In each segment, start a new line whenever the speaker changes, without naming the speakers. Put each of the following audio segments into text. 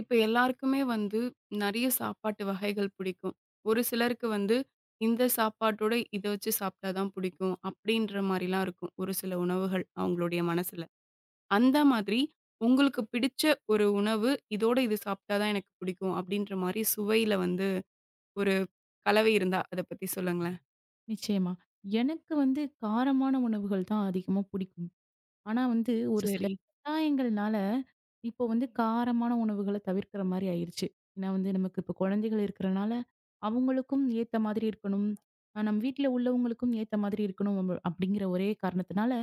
இப்ப எல்லாருக்குமே வந்து நெறைய சாப்பாட்டு வகைகள் பிடிக்கும். ஒரு சிலருக்கு வந்து இந்த சாப்பாட்டோட இத வச்சு சாப்பிட்டா தான் பிடிக்கும். அப்படின்ற மாரிலாம் இருக்கும். ஒரு சில உணவுகள் அவங்களுடைய மனசுல. அந்த மாதிரி உங்களுக்கு பிடிச்ச ஒரு உணவு, இதோட இது சாப்பிட்டா தான் எனக்கு பிடிக்கும். அப்படின்ற மாரி சுவையில வந்து ஒரு கலவை இருந்தா அத பத்தி சொல்லுங்களேன்?
நிச்சயமா. எனக்கு வந்து காரமான உணவுகள் தான் அதிகமா பிடிக்கும். ஆனா வந்து ஒரு சில
சரி.
கட்டாயங்கள்னால, இப்போ வந்து காரமான உணவுகள தவிர்க்கிற மாரி ஆயிருச்சு. ஏன்னா வந்து நமக்கு இப்போ குழந்தைகள் இருக்கிறனால, அவங்களுக்கும் ஏத்த மாதிரி இருக்கணும். நம்ம வீட்ல உள்ளவங்களுக்கும் ஏத்த மாதிரி இருக்கணும் அப்படிங்கிற ஒரே காரணத்தினால,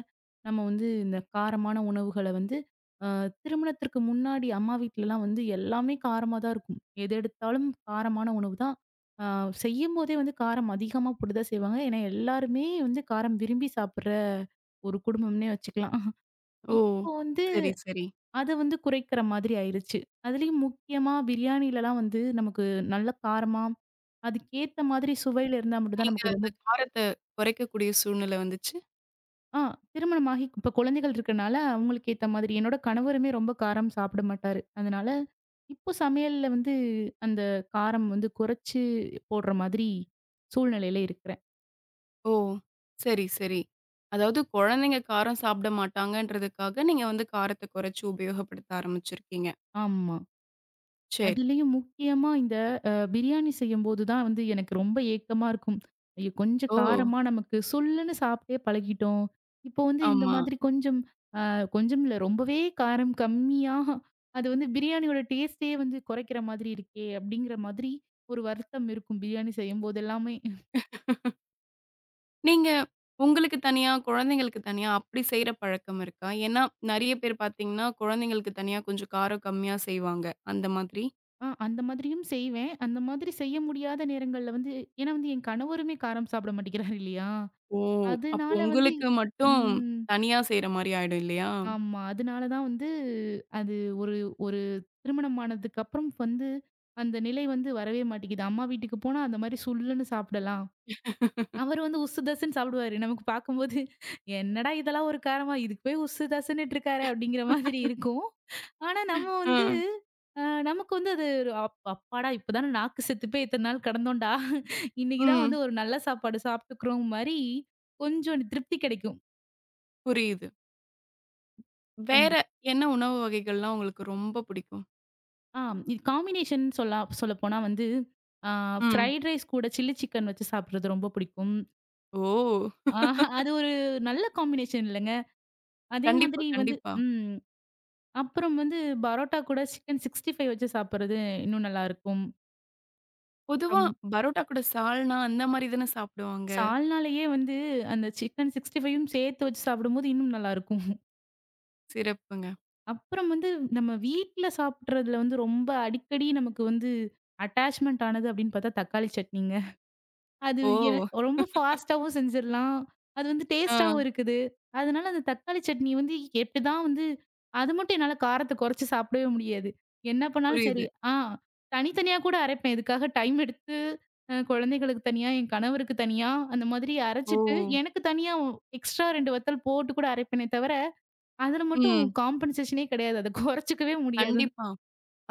நம்ம வந்து இந்த காரமான உணவுகள வந்து அ திருமணத்திற்கு முன்னாடி அம்மா வீட்லலாம் வந்து எல்லாமே காரமா தான் இருக்கும். எது எடுத்தாலும் காரமான உணவு தான். அ செய்யும்போதே வந்து காரம் அதிகமா போட்டு தான் செய்வாங்க. ஏன்னா எல்லாருமே வந்து காரம் விரும்பி சாப்பிடுற ஒரு குடும்பம்னே வச்சுக்கலாம்.
ஓ!
இப்போ வந்து
சரி, சரி.
அத வந்து குறைக்கிற மாதிரி ஆயிருச்சு. அதுலயும் முக்கியமா பிரியாணிலலாம் வந்து நமக்கு நல்ல காரமா, அதுக்கேத்த மாதிரி சுவையில இருந்தா மட்டும் தான்
நீங்க
நமக்கு
அந்த
ரொம்ப
காரத்த குறைக்கக்கூடிய சூழ்நிலை வந்துச்சு.
ஆ திருமணமாகி இப்ப குழந்தைகள் இருக்கனால அவங்களுக்கு ஏத்த மாதிரி என்னோட கணவருமே ரொம்ப காரம் சாப்பிட மாட்டாரு. அதனால இப்போ சமையல்ல வந்து அந்த காரம் வந்து குறைச்சு போடுற மாதிரி சூழ்நிலையில இருக்கிறேன்.
ஓ! சரி, சரி. அதாவது குழந்தைங்க காரம் சாப்பிட மாட்டாங்கன்றதுக்காக, நீங்க வந்து காரத்த குறைச்சு உபயோகப்படுத்த ஆரம்பிச்சிருக்கீங்க.
ஆமா.
சரி.
அதுலயும் முக்கியமா இந்த பிரியாணி செய்யும்போது தான் வந்து எனக்கு ரொம்ப ஏக்கமா இருக்கும். ஐயோ! கொஞ்சம்
ஓ!
காரமா நமக்கு சொல்லுன்னு சாப்பிட்டே பழகிட்டோம். இப்போ வந்து இந்த
ஆமா.
மாதிரி கொஞ்சம் அ கொஞ்சம் இல்ல ரொம்பவே காரம் கம்மியா அது வந்து பிரியாணியோட டேஸ்ட்டே வந்து குறைக்கிற மாதிரி இருக்கே! அப்படிங்கிற மாதிரி ஒரு வருத்தம் இருக்கும் பிரியாணி செய்யும்போது எல்லாமே.
நீங்க உங்களுக்கு தனியா, குழந்தைங்களுக்கு தனியா அப்படி செய்ற பழக்கம் இருக்கா? ஏன்னா, நெறைய பேர் பார்த்தீங்கன்னா, குழந்தைங்களுக்கு தனியா கொஞ்சம் காரம் கம்மியா செய்வாங்க. அந்த மாதிரி?
அந்த மாதிரியும் செய்வேன். அந்த மாதிரி செய்ய முடியாத நேரங்கள்ல வந்து ஏன்னா வந்து என் கணவருமே காரம் சாப்பிட மாட்டேங்கிறாரு இல்லையா?
ஓ! அப்போ
அதனால வந்து
உங்களுக்கு மட்டும்
ம்.
தனியா செய்ற மாரி ஆயிடும் இல்லையா?
ஆமா. அதனால தான் வந்து அது ஒரு ஒரு திருமணம் ஆனதுக்கு அப்புறம் வந்து அந்த நிலை வந்து வரவே மாட்டேங்குது. அம்மா வீட்டுக்கு போனா அந்த மாரி சுல்லுன்னு சாப்பிடலாம். அவரு வந்து உசு தசுன்னு சாப்பிடுவாரு. நமக்கு பார்க்கும்போது என்னடா இதெல்லாம் ஒரு காரமா? இதுக்கு போய் உசு தசுன்னுட்டு இருக்காரே! அப்படிங்கிற மாதிரி இருக்கும். ஆனா நம்ம வந்து
ம்.
அ நமக்கு வந்து அது ஒரு அப்பாடா! இப்பதானே நாக்கு செத்து போய் இத்தன நாள் கடந்தோம்டா! இன்னைக்கு தான் வந்து
ம்.
ஒரு நல்ல சாப்பாடு சாப்பிட்டுக்கிறோம் மாரி கொஞ்சம் திருப்தி கிடைக்கும்.
புரியுது. வேற
கண்டிப்பா.
என்ன உணவு வகைகள்லாம் உங்களுக்கு ரொம்ப பிடிக்கும்?
ஆ இது காம்பினேஷன் சொல்ல சொல்லப்போனா வந்து, ஆ
ம்.
ஃப்ரைட் ரைஸ் கூட சில்லி சிக்கன் வச்சு சாப்பிடுறது ரொம்ப பிடிக்கும்.
ஓ!
ஆ அது ஒரு நல்ல காம்பினேஷன் இல்லங்க. அதே
கண்டிப்பா,
மாதிரி வந்து
கண்டிப்பா.
ம். அப்புறம் வந்து பரோட்டா கூட சிக்கன் 65 வச்சு சாப்பிடுறது இன்னும் நல்லாருக்கும்.
பொதுவா
அப்புறம்
பரோட்டா கூட சால்னா அந்த மாரி தானே சாப்பிடுவாங்க.
சால்னாலயே வந்து அந்த சிக்கன் 65யும் சேர்த்து வச்சு சாப்பிடும்போது இன்னும் நல்லாருக்கும்.
சிறப்புங்க.
அப்புறம் வந்து நம்ம வீட்ல சாப்பிடுறதுல வந்து ரொம்ப அடிக்கடி நமக்கு வந்து அட்டாச்மெண்ட் ஆனது அப்படின்னு பார்த்தா தக்காளி சட்னிங்க. அது
ஓ!
எ ரொம்ப ஃபாஸ்ட்டாவும் செஞ்சிரலாம். அது வந்து
ஆ
டேஸ்ட்டாவும் இருக்குது. அதனால அந்த தக்காளி சட்னி வந்து எப்படிதான் வந்து அது மட்டும் என்னால காரத்த குறைச்சு சாப்பிடவே முடியாது. என்ன பண்ணாலும்
புரியுது.
சரி. ஆ தனித்தனியா கூட அரைப்பேன். இதுக்காக டைம் எடுத்து குழந்தைகளுக்கு தனியா, என் கணவருக்கு தனியா அந்த மாதிரி
ஓ!
அரைச்சுட்டு, எனக்கு தனியா எக்ஸ்ட்ரா 2 வத்தல் போட்டு கூட அரைப்பேனே தவிர, அதுல மட்டும்
ம்.
காம்பன்சேஷனே கிடையாது. அத குறைச்சுக்கவே முடியாது.
கண்டிப்பா.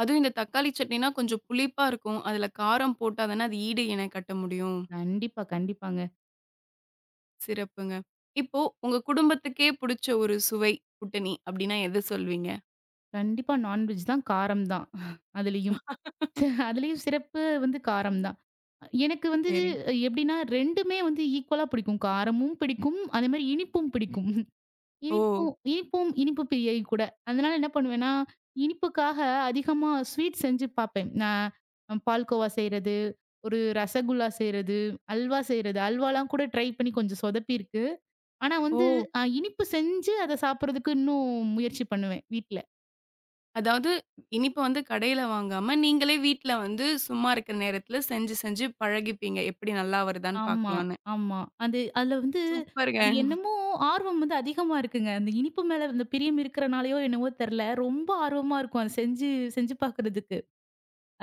அதுவும் இந்த தக்காளி சட்னினா கொஞ்சம் புளிப்பா இருக்கும். அதுல காரம் போட்டா தானே அது ஈடு இணை கட்ட முடியும்.
கண்டிப்பா, கண்டிப்பாங்க.
சிறப்புங்க. இப்போ உங்க குடும்பத்துக்கே புடிச்ச ஒரு சுவை கூட்டணி அப்டின்னா எத சொல்வீங்க?
கண்டிப்பா நான்வெஜ் தான் காரம் தான். அதுலயும். அதுலயும் சிறப்பு வந்து காரம் தான். எனக்கு வந்து
சரி.
எப்படின்னா 2மே வந்து ஈக்குவலா பிடிக்கும். காரமும் பிடிக்கும், அதே மாரி இனிப்பும் பிடிக்கும்.
ஓ!
இனிப்பும் இனிப்பும் இனிப்பு பிரியை கூட. அதனால என்ன பண்ணுவேன்னா, இனிப்புக்காக அதிகமா ஸ்வீட் செஞ்சு பார்ப்பேன். நான் பால்கோவா செய்றது, ஒரு ரசகுல்லா செய்றது, அல்வா செய்றது. அல்வாலாம் கூட ட்ரை பண்ணி கொஞ்சம் சொதப்பியிருக்கு. ஆனா
ஓ!
வந்து இனிப்பு செஞ்சு அத சாப்பிடுறதுக்கு இன்னும் முயற்சி பண்ணுவேன் வீட்ல.
அதாவது இனிப்ப வந்து கடையில வாங்காம, நீங்களே வீட்ல வந்து சும்மா இருக்கிற நேரத்துல செஞ்சு, செஞ்சு பழகிப்பீங்க. எப்டி நல்லா வருதான்னு
ஆமா,
பார்க்கலான்னு.
ஆமா. அது அதுல வந்து
சூப்பருங்க.
அது என்னமோ ஆர்வம் வந்து அதிகமா இருக்குங்க. அந்த இனிப்பு மேல அந்த பிரியம் இருக்கிறனாலயோ என்னவோ தெர்ல. ரொம்ப ஆர்வமா இருக்கும். அத செஞ்சு செஞ்சு பாக்குறதுக்கு.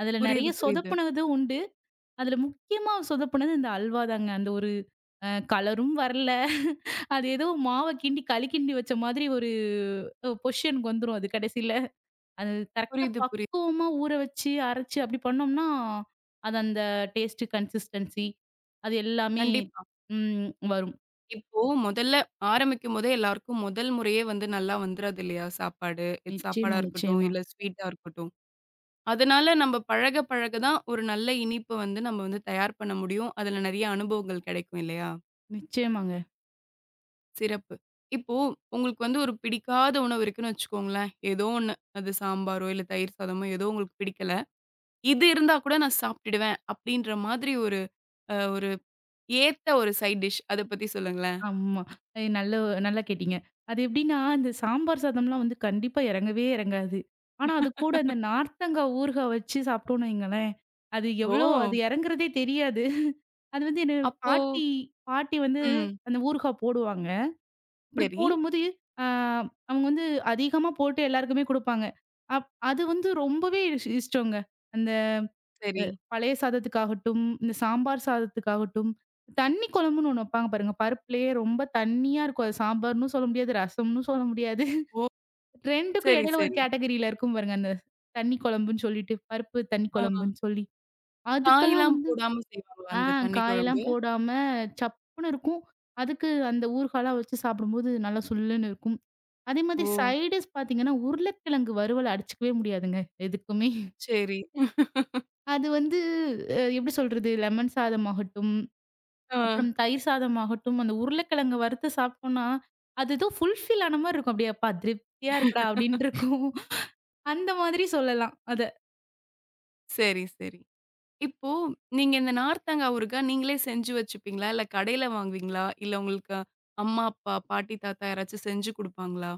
அதுல நெறைய
புரியுது, புரியுது.
சொதப்புனதும் உண்டு. அதுல முக்கியமா சொதப்புனது இந்த அல்வா தாங்க. அந்த ஒரு கலரும் வரல. அது ஏதோ மாவ கிண்டி களி கிண்டி வச்ச மாதிரி ஒரு பொசிஷனுக்கு வந்துரும் அது கடைசில. அது கரெக்ட்டா
புரியுது, புரியுது.
பக்குவமா ஊற வச்சு, அரைச்சு அப்படி பண்ணோம்னா, அது அந்த டேஸ்ட் கன்சிஸ்டன்சி அது எல்லாமே
கண்டிப்பா.
வரும்.
இப்போ முதல்ல ஆரம்பிக்கும்போதே எல்லாருக்கும் முதல் முறையே வந்து நல்லா வந்துராது இல்லையா? சாப்பாடு. இது சாப்பாடா
நிச்சயமா,
இருக்கட்டும்,
நிச்சயமா.
இல்ல ஸ்வீட்டா இருக்கட்டும். அதனால நம்ம பழக பழக தான் ஒரு நல்ல இனிப்பு வந்து நம்ம வந்து தயார் பண்ண முடியும். அதுல நெறைய அனுபவங்கள் கிடைக்கும் இல்லையா?
நிச்சயமாங்க.
சிறப்பு. இப்போ உங்களுக்கு வந்து ஒரு பிடிக்காத உணவு இருக்குன்னு வச்சுக்கோங்களேன். ஏதோ ஒண்ணு. அது சாம்பாரோ, இல்ல தயிர் சாதமோ ஏதோ உங்களுக்கு பிடிக்கல. இது இருந்தா கூட நான் சாப்ட்டுடுவேன். அப்படின்ற மாதிரி ஒரு ஒரு ஏத்த ஒரு சைட் டிஷ் அத பத்தி சொல்லுங்களேன்?
ஆமா. எ நல்ல நல்லா கேட்டீங்க. அது எப்படின்னா, இந்த சாம்பார் சாதம்லாம் வந்து கண்டிப்பா இறங்கவே இறங்காது. ஆனா, அது கூட இந்த நார்த்தங்கா ஊறுகாய் வச்சு சாப்பிட்டோம்னு வைங்களேன், அது
ஓ!
எவ்வளோ அது இறங்குறதே தெரியாது. அது வந்து என்ன
அப்போ
பாட்டி பாட்டி வந்து
ம்.
அந்த ஊறுகாய் போடுவாங்க. அப்படி
சரி,
போடும்போது, ஆ அவங்க வந்து அதிகமா போட்டு எல்லாருக்குமே குடுப்பாங்க. அது வந்து ரொம்பவே இஷ்டங்க. அந்த அ
சரி.
பழைய சாதத்துக்காகட்டும், இந்த சாம்பார் சாதத்துக்காகட்டும், தண்ணி குழம்புன்னு ஒண்ணு வைப்பாங்க பாருங்க. பருப்புலயே ரொம்ப தண்ணியா இருக்கும். அது சாம்பார்ன்னும் சொல்ல முடியாது, ரசம்னு சொல்ல முடியாது.
ஓ!
2க்கும்
சரி,
இடையில ஒரு
சரி.
கேட்டகரியில இருக்கும் பாருங்க. அந்த தண்ணி குழம்புன்னு சொல்லிட்டு, பருப்பு தண்ணி
ஆ.
குழம்புன்னு சொல்லி. அதுக்கெல்லாம்
காய்லாம்
வந்து
போடாம செய்வாங்களா
ஆ
அந்த தண்ணி
காயெல்லாம்
குழம்பு?
போடாம சப்புன்னு இருக்கும். அதுக்கு அந்த ஊறுகாலாம் வச்சு சாப்பிடும்போது நல்லா சுல்லுன்னு இருக்கும். அதே
ஓ!
மாதிரி சைட் டிஷ் பார்த்தீங்கன்னா, உருளைக்கிழங்கு வறுவல் அடிச்சுக்கவே முடியாதுங்க, எதுக்குமே.
சரி.
அது வந்து எப்படி சொல்றது? லெமன் சாதமாகட்டும்,
ஆ.
அப்புறம் தயிர் சாதமாகட்டும், அந்த உருளைக்கிழங்கு வறுத்து சாப்பிட்டோம்னா, அது ஏதோ ஃபுல்ஃபில் ஆன மாரி இருக்கும். அப்படியே "அப்பா திருப்தியா இருக்குடா" அப்படின்னு இருக்கும். அந்த மாதிரி சொல்லலாம் அத.
சரி, சரி. இப்போ நீங்க இந்த நார்த்தங்கா ஊறுகாய் நீங்களே செஞ்சு வச்சுப்பீங்களா? இல்ல கடையில வாங்குவீங்களா? இல்ல உங்களுக்கு அம்மா, அப்பா, பாட்டி, தாத்தா யாராச்சும் செஞ்சு குடுப்பாங்களா?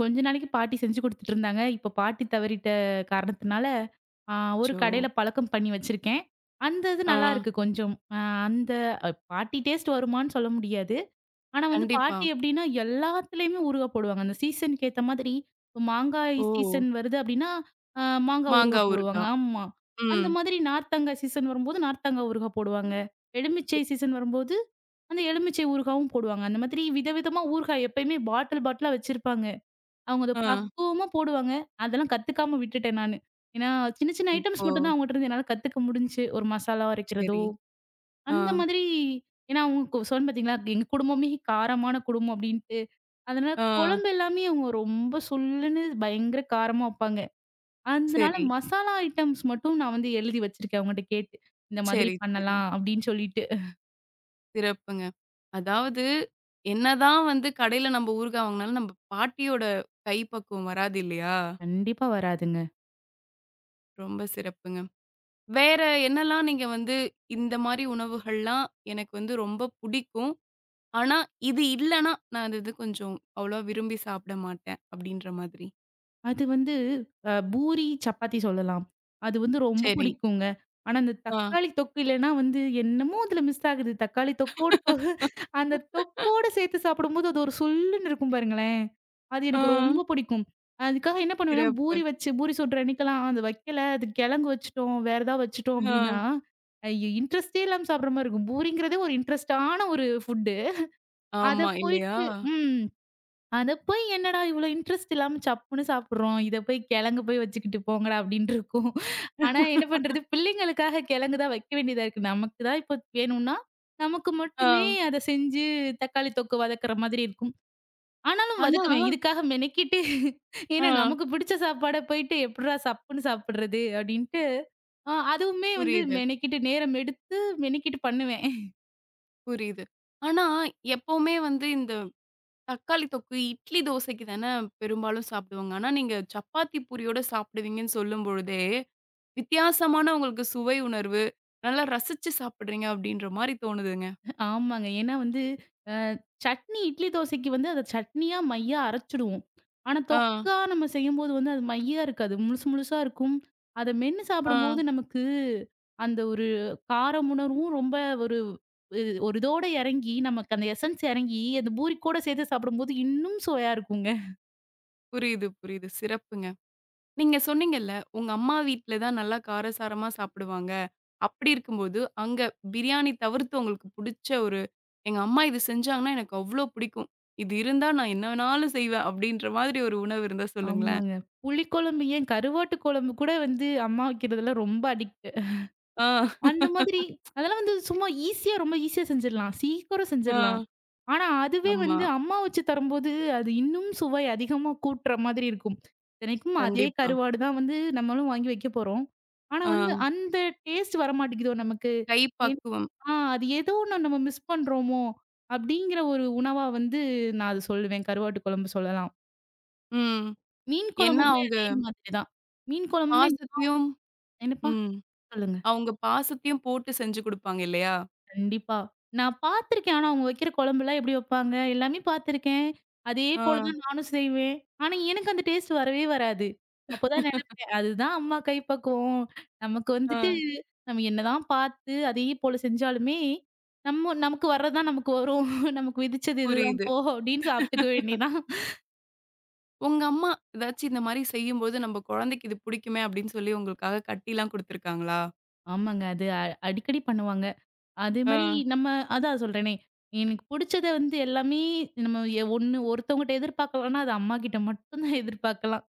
கொஞ்ச நாளைக்கு பாட்டி செஞ்சு குடுத்துட்டுருந்தாங்க. இப்ப பாட்டி தவறிட்ட காரணத்தினால, ஆ ஒரு
அச்சோ!
கடையில பழக்கம் பண்ணி வச்சிருக்கேன். அந்த இது
ஆ.
நல்லாருக்கு கொஞ்சம். அந்த பாட்டி டேஸ்ட் வருமான்னு சொல்ல முடியாது. ஆனா வந்து
கண்டிப்பா.
பாட்டி எப்படின்னா எல்லாத்துலயுமே ஊறுகா போடுவாங்க. அந்த சீசனுக்கு ஏத்த மாதிரி இப்ப மாங்காய்
ஓ!
சீசன் வருது அப்படின்னா, அ மாங்காய் ஊறுகா
மாங்காய்
போடுவாங்க.
ஊறுகாய்.
ஆமா. அந்த
ம்.
மாதிரி நார்த்தங்காய் சீசன் வரும்போது நார்த்தங்காய் ஊறுகா போடுவாங்க. எலுமிச்சை சீசன் வரும்போது, அந்த எலுமிச்சை ஊறுகாவும் போடுவாங்க. அந்த மாதிரி விதவிதமா ஊறுகாய் எப்பயுமே பாட்டில் பாட்டிலா வச்சிருப்பாங்க. அவங்க அத
ஆ.
பக்குவமா போடுவாங்க. அதெல்லாம் கத்துக்காம விட்டுட்டேன் நானு. ஏன்னா சின்ன சின்ன ஐட்டம்ஸ்
இப்போ
மட்டும் தான் அவங்கட்ட இருந்து என்னால கத்துக்க முடிஞ்சுச்சு. ஒரு மசாலா அரைக்கிறதோ
சரி. ஆ.
அந்த மாதிரி ஏன்னா அவங்க சொன்னேன் பார்த்தீங்களா, எங்க குடும்பமே காரமான குடும்பம் அப்படின்ட்டு. அதனால
ஆ.
குழம்பு எல்லாமே அவங்க ரொம்ப சுல்லுன்னு பயங்கர காரமா வைப்பாங்க. அதனால
சரி,
மசாலா ஐட்டம்ஸ் மட்டும் நான் வந்து எழுதி வச்சிருக்கேன் அவங்ககிட்ட கேட்டு. இந்த மாதிரி
சரி, சரி.
பண்ணலாம் அப்படின்னு சொல்லிட்டு.
சிறப்புங்க. அதாவது என்னதான் வந்து கடையில நம்ம ஊறுகாய் வாங்குனாலும், நம்ம பாட்டியோட கைப்பக்குவம் வராது இல்லையா?
கண்டிப்பா வராதுங்க.
ரொம்ப சிறப்புங்க. வேற என்னலாம் நீங்க வந்து இந்த மாரி உணவுகள்லாம் எனக்கு வந்து ரொம்ப புடிக்கும். ஆனா இது இல்லன்னா, நான் அந்த இது கொஞ்சம் அவ்வளவா விரும்பி சாப்பிட மாட்டேன் அப்டின்ற மாதிரி.
அது வந்து பூரி, சப்பாத்தி சொல்லலாம். அது வந்து ரொம்ப
சரி.
பிடிக்குங்க. ஆனா, அந்த
ஆ.
தக்காளி தொக்கு இல்லன்னா வந்து என்னமோ அதுல மிஸ் ஆகுது. தக்காளி தொக்கோட தொ அந்த தொக்கோட சேர்த்து சாப்பிடும்போது அது ஒரு சுல்லுன்னு இருக்கும் பாருங்களேன். அது
ஆ.
எனக்கு ரொம்ப பிடிக்கும். அதுக்காக என்ன பண்ணுவேன்னா,
சிறப்பு.
பூரி வச்சு பூரி சுடுற அன்னைக்கெல்லாம் அது வைக்கல, அது கிழங்கு வச்சுட்டோம், வேற ஏதாவது வச்சுட்டோம் அப்படின்னா,
ஆ.
ஐயோ! இன்ட்ரெஸ்ட்டே இல்லாம சாப்பிடுற மாரி இருக்கும். பூரிங்கிறதே ஒரு இன்ட்ரெஸ்ட்டான ஒரு ஃபுட்டு. அத
ஆமா இல்லையா?
போயிட்டு ம். அத போய் என்னடா இவ்ளோ இன்ட்ரெஸ்ட் இல்லாம சப்புன்னு சாப்பிடுறோம். இத போய் கிழங்கு போய் வச்சுக்கிட்டு போங்கடா அப்டின்ட்டு இருக்கும். ஆனா என்ன பண்றது? பிள்ளைங்களுக்காக கிழங்கு தான் வைக்க வேண்டியதா இருக்கு. நமக்கு தான் இப்போ வேணும்னா, நமக்கு
ஆ.
மட்டுமே அத செஞ்சு தக்காளி தொக்கு வதக்குற மாதிரி இருக்கும். ஆனாலும்
ஆனா
வதக்குவேன். இதுக்காக மெனக்கிட்டு
ஆ.
ஏன்னா நமக்கு பிடிச்ச சாப்பாட போயிட்டு எப்புட்றா சப்புன்னு சாப்பிடுறது அப்டின்ட்டு, அதுவுமே வந்து
புரியுது.
மெனக்கிட்டு நேரம் எடுத்து மெனக்கிட்டு பண்ணுவேன்.
புரியுது. ஆனா, எப்பவுமே வந்து இந்த தக்காளி தொக்கு, இட்லி, தோசைக்கு தானே பெரும்பாலும் சாப்பிடுவாங்க. ஆனா, நீங்க சப்பாத்தி பூரியோட சாப்பிடுவீங்கன்னு சொல்லும்பொழுதே, வித்தியாசமான உங்களுக்கு சுவை உணர்வு, நல்லா ரசிச்சு சாப்பிடுறீங்க அப்படின்ற மாரி தோணுதுங்க.
ஆமாங்க. ஏன்னா வந்து அ சட்னி இட்லி தோசைக்கு வந்து அத சட்னியா மையா அரைச்சுடுவோம். ஆனா
ஆ,
தொக்கா நம்ம செய்யும்போது வந்து அது மையா இருக்காது. முழுசு முழுசா இருக்கும். அத மென்னு
ஆ.
சாப்பிடும்போது நமக்கு அந்த ஒரு கார உணர்வும் ரொம்ப ஒரு ஒரு இதோட இறங்கி நமக்கு அந்த எசன்ஸ் இறங்கி அந்த பூரி கூட சேர்த்து சாப்பிடும்போது இன்னும் சுவையா இருக்குங்க.
புரியுது, புரியுது. சிறப்புங்க. நீங்க சொன்னீங்கல்ல, உங்க அம்மா வீட்ல தான் நல்லா காரசாரமா சாப்பிடுவாங்க. அப்படி இருக்கும்போது, அங்க பிரியாணி தவிர்த்து உங்களுக்கு புடிச்ச ஒரு எங்க அம்மா இது செஞ்சாங்கன்னா எனக்கு அவ்ளோ பிடிக்கும். இது இருந்தா நான் என்ன வேணாலும் செய்வேன் அப்படின்ற மாதிரி ஒரு உணவு இருந்தா சொல்லுங்களேன்.
ஆமாங்க. புளிக்குழம்பு ஏன் கருவாட்டு குழம்பு கூட வந்து அம்மா வைக்கிறதுல ரொம்ப அடிக்ட்.
ஆ,
அந்த மாதிரி அதெல்லாம் வந்து சும்மா ஈஸியா ரொம்ப ஈஸியா செஞ்சிடலாம். சீக்கிரம்
ஆ.
செஞ்சிடலாம். ஆனா, அதுவே
ஆமா.
வந்து அம்மா வச்சு தரும்போது, அது இன்னும் சுவை அதிகமா கூட்டுற மாதிரி இருக்கும். இத்தனைக்கும் அதே
கண்டிப்பா.
கருவாடு தான் வந்து நம்மளும் வாங்கி வைக்க போறோம். ஆனா
ஆ.
வந்து அந்த டேஸ்ட் வரமாட்டேங்குதோ நமக்கு.
கை
ஏன்
பக்குவம்.
அது ஏதோ ஒண்ணு நம்ம மிஸ் பண்றோமோ! அப்படிங்கிற ஒரு உணவா வந்து நான் அத சொல்லுவேன். கருவாட்டு குழம்பு சொல்லலாம்.
ம்.
மீன்
ஏன்னா
குழம்புமே
அவங்க
அதே மாதிரி தான். மீன் குழம்புமே
பாசத்தையும்
என்னப்பா?
ம்.
சொல்லுங்க.
அவங்க பாசத்தையும் போட்டு செஞ்சு குடுப்பாங்க இல்லையா?
கண்டிப்பா. நான் பார்த்துருக்கேன். ஆனா அவங்க வைக்கிற குழம்புலாம் எப்படி வைப்பாங்க, எல்லாமே பார்த்துருக்கேன். அதே
ஆ,
போல தான் நானும் செய்வேன். ஆனா எனக்கு அந்த டேஸ்ட் வரவே வராது. அப்பதான் நினைப்பேன், அதுதான் அம்மா கைப்பக்குவம். நமக்கு வந்துட்டு
ஆ.
நம்ம என்னதான் பார்த்து அதே போல செஞ்சாலுமே, நமக்கு வர்றதுதான் நமக்கு வரும். நமக்கு விதிச்சது இதுதான்
புரியுது.
போ! அப்படின்னு சாப்பிட்டுக்க வேண்டியதான்.
உங்க அம்மா ஏதாச்சும் இந்த மாரி செய்யும்போது, "நம்ப குழந்தைக்கு இது பிடிக்குமே!" அப்படின்னு சொல்லி உங்களுக்காக கட்டிலாம் குடுத்துருக்காங்களா?
ஆமாங்க. அது அடிக்கடி பண்ணுவாங்க. அதே
ஆ.
மாரி நம்ம அதான் சொல்றேனே, எனக்கு புடிச்சத வந்து எல்லாமே நம்ம ஒண்ணு ஒருத்தவங்கட்ட எதிர்பார்க்கலன்னா, அது அம்மாகிட்ட மட்டும் தான் எதிர்பார்க்கலாம்.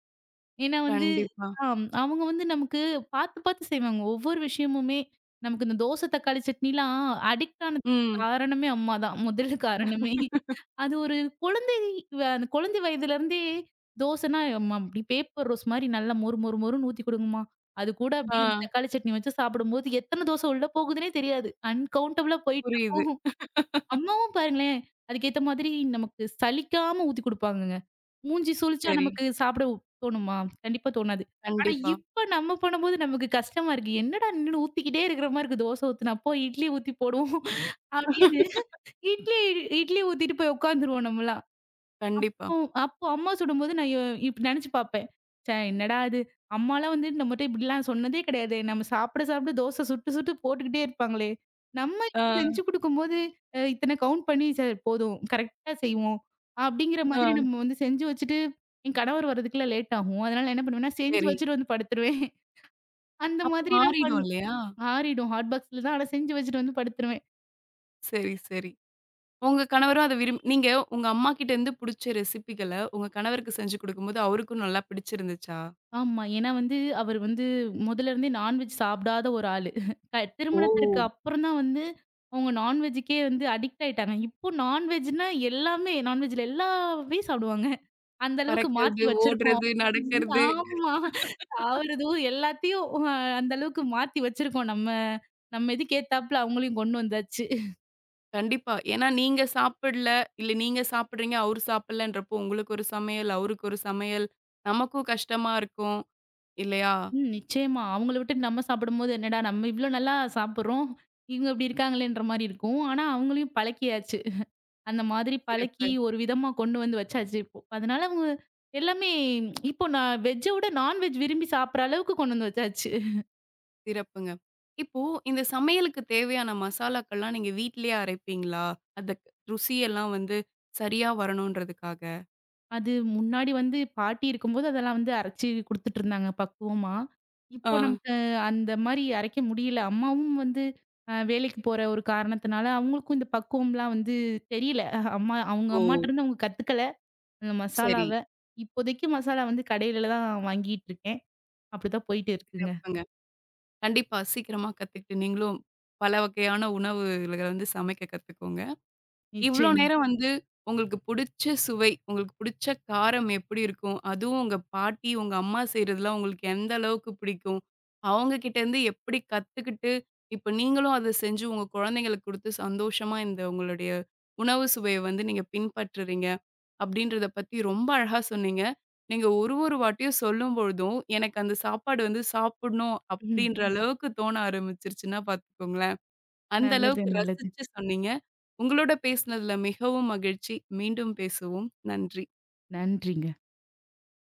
ஏன்னா வந்து
கண்டிப்பா.
ஆம். அவங்க வந்து நமக்கு பார்த்து, பார்த்து செய்வாங்க. ஒவ்வொரு விஷயமுமே நமக்கு இந்த தோசை, தக்காளி சட்னிலாம் அடிக்ட் ஆனதுக்கு
ம்.
காரணமே அம்மா தான். முதல் காரணமே. அது ஒரு குழந்தை அந்த குழந்தை வயதிலருந்தே தோசைன்னா, அம்மா அப்படி பேப்பர் ரோஸ் மாரி நல்லா மொறு மொறு மொறுன்னு ஊத்தி குடுங்கம்மா. அது கூட
ஆ
அப்படியே இந்த தக்காளி சட்னி வச்சு சாப்பிடும்போது எத்தனை தோசை உள்ள போகுதுன்னே தெரியாது. அன்கவுண்டபிளா
புரியுது.
போயிட்டுருக்கும். அம்மாவும் பாருங்களேன், அதுக்கேத்த மாதிரி நமக்கு சலிக்காம ஊத்தி குடுப்பாங்கங்க. மூஞ்சி சுளிச்சா
சரி.
நமக்கு சாப்பிட தோணுமா? கண்டிப்பா தோணாது. ஆனா
கண்டிப்பா,
இப்ப நம்ம பண்ணும்போது நமக்கு கஷ்டமா இருக்கு. என்னடா நின்னு ஊத்திக்கிட்டே இருக்கிற மாரி இருக்கு. தோசை ஊத்துனா, "அப்போ இட்லி ஊத்தி போடுவோம்" அப்படின்னு இட்லி இட்லி ஊத்திட்டு போய் உட்காந்துருவோம் நம்மலாம்.
கண்டிப்பா.
அப்போ அப்போ அம்மா சுடும்போது நான் இப்ப நெனச்சு பாப்பேன். ச்சே! என்னடா இது! அம்மாலாம் வந்து நம்மட்ட இப்படிலாம் சொன்னதே கிடையாதே! நம்ம சாப்பிட சாப்பிட தோசை சுட்டு சுட்டு போட்டுக்கிட்டே இருப்பாங்களே! நம்ம
ஆ,
இப்படி செஞ்சு குடுக்கும்போது, இத்தன கவுண்ட் பண்ணி சார் போதும் கரெக்ட்டா செய்வோம். அப்படிங்கிற மாதிரி
ஆ.
நம்ம வந்து செஞ்சு வச்சுட்டு, என் கணவர் வரதுக்குலாம் லேட் ஆகும். அதனால என்ன பண்ணுவேன்னா, செஞ்சு
சரி.
வச்சுட்டு வந்து படுத்துருவேன். அந்த
அப்ப
மாதிரிலாம்
மாறிடும்
பண்ணு
இல்லையா?
ஆறிடும் ஹாட் பாக்ஸ்ல தான். ஆனா செஞ்சு வச்சுட்டு வந்து படுத்துருவேன்.
சரி, சரி. உங்க கணவரும் அத விரும் நீங்க உங்க அம்மா கிட்ட இருந்து புடிச்ச ரெசிபிகள உங்க கணவருக்கு செஞ்சு குடுக்கும்போது, அவருக்கும் நல்லா பிடிச்சிருந்துச்சா?
ஆமா. ஏன்னா வந்து, அவர் வந்து முதல்ல இருந்தே நான்வெஜ் சாப்பிடாத ஒரு ஆளு.
ஓ!
திருமணத்திற்கு அப்புறம் தான் வந்து, அவங்க நான்வெஜ்ஜுக்கே வந்து அடிக்ட் ஆயிட்டாங்க. இப்போ நான்வெஜ்ன்னா எல்லாமே, நான்வெஜ்ல எல்லாமே சாப்பிடுவாங்க. அந்த அளவுக்கு
பறக்கிறது,
மாத்தி வச்சிருக்கோம்.
ஓடுறது, நடக்கிறது.
ஆமா. சாவுறதும் எல்லாத்தையும் அ அந்த அளவுக்கு மாத்தி வச்சிருக்கோம். நம்ம நம்ம இதுக்கு ஏத்தாப்புல அவங்களையும் கொண்டு வந்தாச்சு.
கண்டிப்பா. ஏன்னா நீங்க சாப்பிடல, இல்ல நீங்க சாப்பிடுறீங்க, அவரு சாப்பிடலன்றப்போ உங்களுக்கு ஒரு சமையல், அவருக்கு ஒரு சமையல், நமக்கும் கஷ்டமா இருக்கும் இல்லையா?
ம். நிச்சயமா. அவங்கள விட்டுட்டு நம்ம சாப்பிடும்போது, என்னடா நம்ம இவ்ளோ நல்லா சாப்பிடுறோம். இவங்க இப்படி இருக்காங்களேன்ற மாரி இருக்கும். ஆனா அவங்களையும் பழக்கியாச்சு. அந்த மாதிரி
சிறப்பு,
பழக்கி, ஒரு விதமா கொண்டு வந்து வச்சாச்சு இப்போ. அதனால அவங்க எல்லாமே இப்போ நான் வெஜ்ஜ விட நான்வெஜ் விரும்பி சாப்பிடுற அளவுக்கு கொண்டு வந்து வச்சாச்சு.
சிறப்புங்க. இப்போ இந்த சமையலுக்கு தேவையான மசாலாக்கள்லாம் நீங்க வீட்லயே அரைப்பீங்களா? அந்த க- ருசியெல்லாம் வந்து சரியா வரணுன்றதுக்காக?
அது முன்னாடி வந்து பாட்டி இருக்கும்போது அதெல்லாம் வந்து அரைச்சு குடுத்துட்டுருந்தாங்க பக்குவமா.
ஆ.
இப்போ நமக்கு அந்த மாரி அரைக்க முடியல. அம்மாவும் வந்து வேலைக்கு போற ஒரு காரணத்தினால, அவங்களுக்கும் இந்த பக்குவம்லாம் வந்து தெரியல. அம்மா அவங்க
ஓ!
அம்மாட்டருந்து அவங்க கத்துக்கல அந்த
சரி.
மசாலாவ. இப்போதைக்கு மசாலா வந்து கடையில தான் வாங்கிட்டு இருக்கேன். அப்படிதான் போயிட்டு இருக்குங்க.
சிறப்புங்க. கண்டிப்பா சீக்கிரமா கத்துக்கிட்டு நீங்களும் பல வகையான உணவுகள வந்து சமைக்க கத்துக்கோங்க. இவ்ளோ
நிச்சயமா.
நேரம் வந்து உங்களுக்கு புடிச்ச சுவை, உங்களுக்கு புடிச்ச காரம் எப்படி இருக்கும்? அதுவும் உங்க பாட்டி, உங்க அம்மா செய்றதுலாம் உங்களுக்கு எந்த அளவுக்கு பிடிக்கும்? அவங்க கிட்டேருந்து எப்படி கத்துக்கிட்டு, இப்ப நீங்களும் அத செஞ்சு உங்க குழந்தைங்களுக்கு குடுத்து சந்தோஷமா இந்த உங்களுடைய உணவு சுவைய வந்து நீங்க பின்பற்றுறீங்க, அப்படின்றத பத்தி ரொம்ப அழகா சொன்னீங்க. நீங்க ஒரு ஒரு வாட்டியும் சொல்லும்பொழுதும், எனக்கு அந்த சாப்பாடு வந்து சாப்பிடணும் அப்படின்ற அளவுக்கு தோண ஆரம்பிச்சுருச்சுன்னா பார்த்துக்கோங்க. அந்த
நல்லது,
அளவுக்கு
நல்லது.
ரசிச்சு சொன்னீங்க. உங்களோட பேசினதுல மிகவும் மகிழ்ச்சி. மீண்டும் பேசுவோம். நன்றி.
நன்றிங்க.